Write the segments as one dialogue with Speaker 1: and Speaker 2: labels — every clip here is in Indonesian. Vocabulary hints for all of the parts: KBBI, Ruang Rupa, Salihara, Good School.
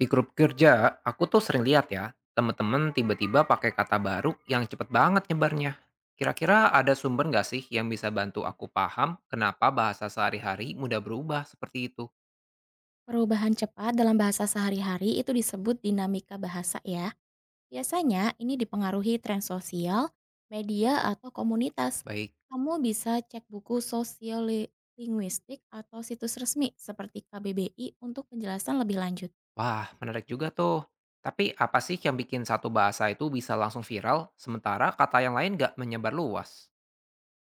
Speaker 1: Di grup kerja, aku tuh sering lihat ya, temen-temen tiba-tiba pakai kata baru yang cepet banget nyebarnya. Kira-kira ada sumber nggak sih yang bisa bantu aku paham kenapa bahasa sehari-hari mudah berubah seperti itu?
Speaker 2: Perubahan cepat dalam bahasa sehari-hari itu disebut dinamika bahasa ya. Biasanya ini dipengaruhi tren sosial, media, atau komunitas.
Speaker 1: Baik,
Speaker 2: Kamu bisa cek buku sosiolinguistik atau situs resmi seperti KBBI untuk penjelasan lebih lanjut.
Speaker 1: wah menarik juga tuh. Tapi apa sih yang bikin satu bahasa itu bisa langsung viral, sementara kata yang lain nggak menyebar luas?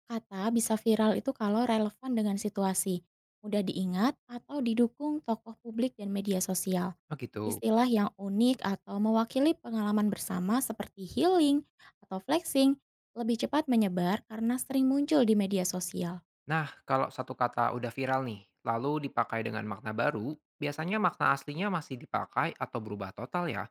Speaker 2: Kata bisa viral itu kalau relevan dengan situasi, mudah diingat, atau didukung tokoh publik dan media sosial.
Speaker 1: Oh gitu.
Speaker 2: Istilah yang unik atau mewakili pengalaman bersama seperti healing atau flexing lebih cepat menyebar karena sering muncul di media sosial.
Speaker 1: Nah, kalau satu kata udah viral nih, lalu dipakai dengan makna baru, biasanya makna aslinya masih dipakai atau berubah total ya?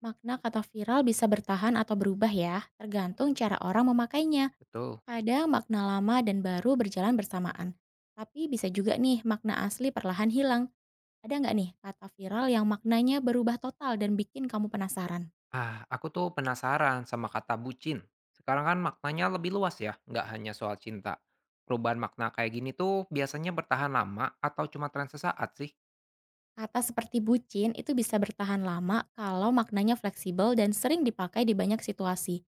Speaker 2: Makna kata viral bisa bertahan atau berubah ya, tergantung cara orang memakainya.
Speaker 1: Betul.
Speaker 2: Kadang makna lama dan baru berjalan bersamaan. Tapi bisa juga nih makna asli perlahan hilang. Ada nggak nih kata viral yang maknanya berubah total dan bikin kamu penasaran?
Speaker 1: Ah, aku tuh penasaran sama kata bucin. Sekarang kan maknanya lebih luas ya, nggak hanya soal cinta. Perubahan makna kayak gini tuh biasanya bertahan lama atau cuma tren sesaat sih?
Speaker 2: Kata seperti bucin itu bisa bertahan lama kalau maknanya fleksibel dan sering dipakai di banyak situasi.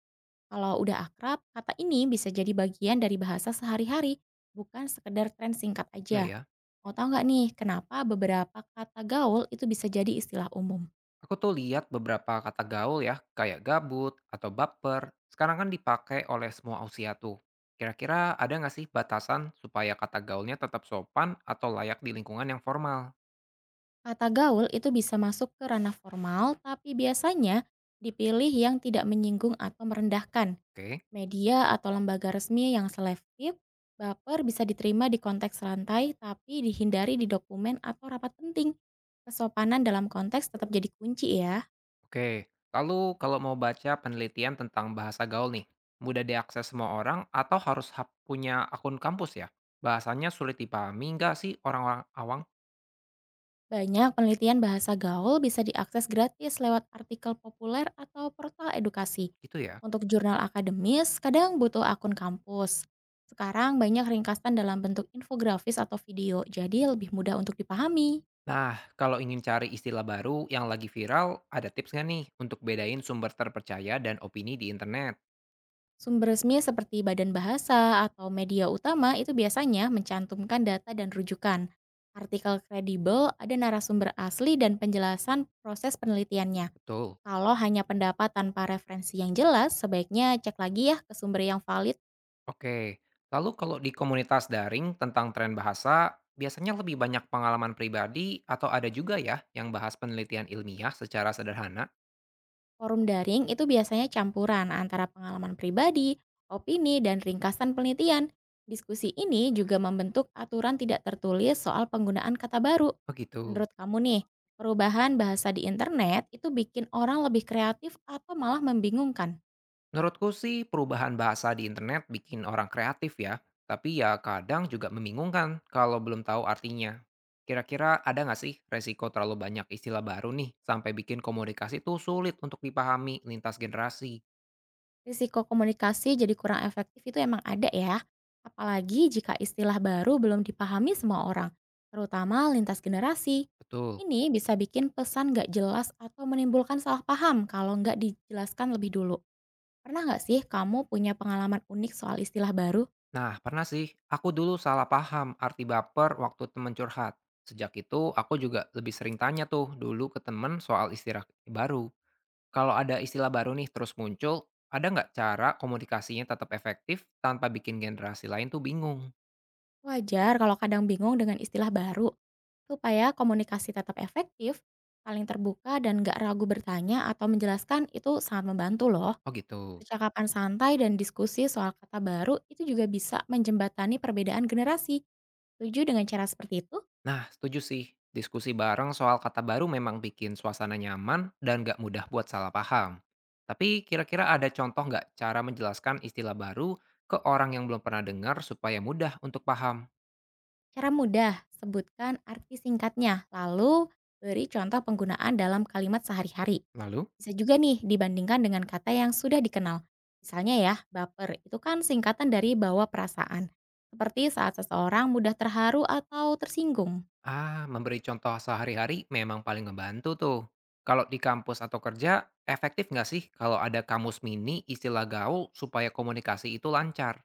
Speaker 2: Kalau udah akrab, kata ini bisa jadi bagian dari bahasa sehari-hari, bukan sekedar tren singkat
Speaker 1: Iya
Speaker 2: aja.
Speaker 1: ya.
Speaker 2: Mau tahu nggak nih kenapa beberapa kata gaul itu bisa jadi istilah umum?
Speaker 1: Aku tuh lihat beberapa kata gaul ya, kayak gabut atau baper. Sekarang kan dipakai oleh semua usia tuh. Kira-kira ada nggak sih batasan supaya kata gaulnya tetap sopan atau layak di lingkungan yang formal?
Speaker 2: Kata gaul itu bisa masuk ke ranah formal, tapi biasanya dipilih yang tidak menyinggung atau merendahkan.
Speaker 1: Oke.
Speaker 2: Media atau lembaga resmi yang selektif, baper bisa diterima di konteks rantai tapi dihindari di dokumen atau rapat penting. Kesopanan dalam konteks tetap jadi kunci ya.
Speaker 1: Oke, lalu kalau mau baca penelitian tentang bahasa gaul nih, mudah diakses semua orang atau harus punya akun kampus ya? Bahasanya sulit dipahami nggak sih orang-orang awam
Speaker 2: Banyak penelitian bahasa gaul bisa diakses gratis lewat artikel populer atau portal edukasi.
Speaker 1: gitu ya?
Speaker 2: Untuk jurnal akademis, kadang butuh akun kampus. Sekarang banyak ringkasan dalam bentuk infografis atau video, jadi lebih mudah untuk dipahami.
Speaker 1: Nah, kalau ingin cari istilah baru yang lagi viral, ada tips nggak nih untuk bedain sumber terpercaya dan opini di internet?
Speaker 2: Sumber resmi seperti badan bahasa atau media utama itu biasanya mencantumkan data dan rujukan. Artikel kredibel ada narasumber asli dan penjelasan proses penelitiannya.
Speaker 1: Betul.
Speaker 2: Kalau hanya pendapat tanpa referensi yang jelas, sebaiknya cek lagi ya ke sumber yang valid.
Speaker 1: Oke, lalu kalau di komunitas daring tentang tren bahasa, biasanya lebih banyak pengalaman pribadi atau ada juga ya yang bahas penelitian ilmiah secara sederhana?
Speaker 2: Forum daring itu biasanya campuran antara pengalaman pribadi, opini, dan ringkasan penelitian. Diskusi ini juga membentuk aturan tidak tertulis soal penggunaan kata baru.
Speaker 1: Begitu.
Speaker 2: Menurut kamu nih, perubahan bahasa di internet itu bikin orang lebih kreatif atau malah membingungkan?
Speaker 1: Menurutku sih perubahan bahasa di internet bikin orang kreatif ya, tapi ya kadang juga membingungkan kalau belum tahu artinya. Kira-kira ada nggak sih resiko terlalu banyak istilah baru nih sampai bikin komunikasi tuh sulit untuk dipahami lintas generasi?
Speaker 2: Risiko komunikasi jadi kurang efektif itu emang ada ya, apalagi jika istilah baru belum dipahami semua orang, terutama lintas generasi.
Speaker 1: Betul.
Speaker 2: Ini bisa bikin pesan nggak jelas atau menimbulkan salah paham kalau nggak dijelaskan lebih dulu. Pernah nggak sih kamu punya pengalaman unik soal istilah baru?
Speaker 1: Nah, pernah sih aku dulu salah paham arti baper waktu temen curhat. Sejak itu aku juga lebih sering tanya tuh dulu ke temen soal istilah baru. Kalau ada istilah baru nih terus muncul, ada nggak cara komunikasinya tetap efektif tanpa bikin generasi lain tuh bingung?
Speaker 2: Wajar kalau kadang bingung dengan istilah baru. Supaya komunikasi tetap efektif, saling terbuka dan nggak ragu bertanya atau menjelaskan itu sangat membantu loh.
Speaker 1: Oh gitu.
Speaker 2: Percakapan santai dan diskusi soal kata baru itu juga bisa menjembatani perbedaan generasi. Setuju dengan cara seperti itu?
Speaker 1: Nah, setuju sih. Diskusi bareng soal kata baru memang bikin suasana nyaman dan nggak mudah buat salah paham. Tapi kira-kira ada contoh nggak cara menjelaskan istilah baru ke orang yang belum pernah dengar supaya mudah untuk paham?
Speaker 2: Cara mudah, sebutkan arti singkatnya, lalu beri contoh penggunaan dalam kalimat sehari-hari.
Speaker 1: Lalu?
Speaker 2: Bisa juga nih dibandingkan dengan kata yang sudah dikenal. Misalnya ya, baper itu kan singkatan dari bawa perasaan. Seperti saat seseorang mudah terharu atau tersinggung.
Speaker 1: Ah, memberi contoh sehari-hari memang paling ngebantu tuh. Kalau di kampus atau kerja, efektif nggak sih kalau ada kamus mini istilah gaul supaya komunikasi itu lancar,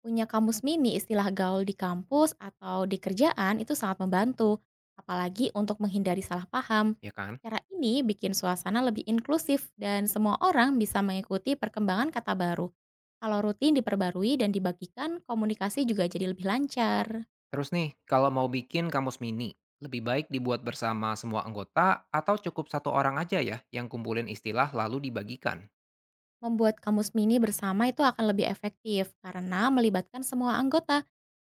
Speaker 2: Punya kamus mini istilah gaul di kampus atau di kerjaan itu sangat membantu, apalagi untuk menghindari salah paham.
Speaker 1: ya kan?
Speaker 2: Cara ini bikin suasana lebih inklusif dan semua orang bisa mengikuti perkembangan kata baru. Kalau rutin diperbarui dan dibagikan, komunikasi juga jadi lebih lancar.
Speaker 1: Terus nih, kalau mau bikin kamus mini, lebih baik dibuat bersama semua anggota atau cukup satu orang aja ya yang kumpulin istilah lalu dibagikan?
Speaker 2: Membuat kamus mini bersama itu akan lebih efektif karena melibatkan semua anggota.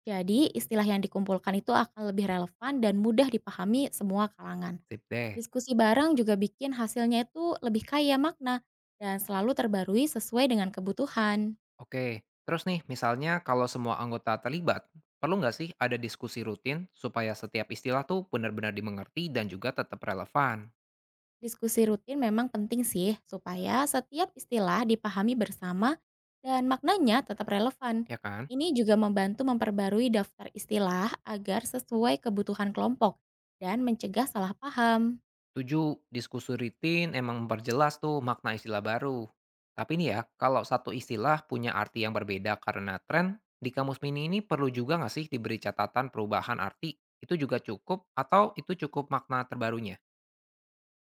Speaker 2: Jadi, istilah yang dikumpulkan itu akan lebih relevan dan mudah dipahami semua kalangan.
Speaker 1: Sip deh.
Speaker 2: Diskusi bareng juga bikin hasilnya itu lebih kaya makna dan selalu terbarui sesuai dengan kebutuhan.
Speaker 1: Oke, terus nih misalnya kalau semua anggota terlibat, perlu nggak sih ada diskusi rutin supaya setiap istilah tuh benar-benar dimengerti dan juga tetap relevan,
Speaker 2: Diskusi rutin memang penting sih supaya setiap istilah dipahami bersama dan maknanya tetap relevan.
Speaker 1: ya kan?
Speaker 2: Ini juga membantu memperbarui daftar istilah agar sesuai kebutuhan kelompok dan mencegah salah paham.
Speaker 1: Tujuh diskusi rutin emang memperjelas tuh makna istilah baru. Tapi nih ya, kalau satu istilah punya arti yang berbeda karena tren, di kamus mini ini perlu juga nggak sih diberi catatan perubahan arti? Itu juga cukup atau itu cukup makna terbarunya?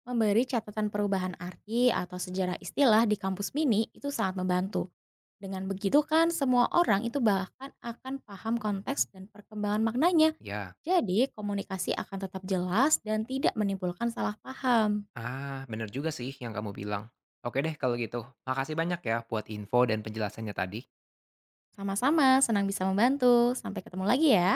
Speaker 2: Memberi catatan perubahan arti atau sejarah istilah di kampus mini itu sangat membantu. Dengan begitu kan semua orang itu bahkan akan paham konteks dan perkembangan maknanya.
Speaker 1: Ya,
Speaker 2: Jadi komunikasi akan tetap jelas dan tidak menimbulkan salah paham.
Speaker 1: ah bener juga sih yang kamu bilang. Oke deh kalau gitu, makasih banyak ya buat info dan penjelasannya tadi.
Speaker 2: Sama-sama, senang bisa membantu. Sampai ketemu lagi ya.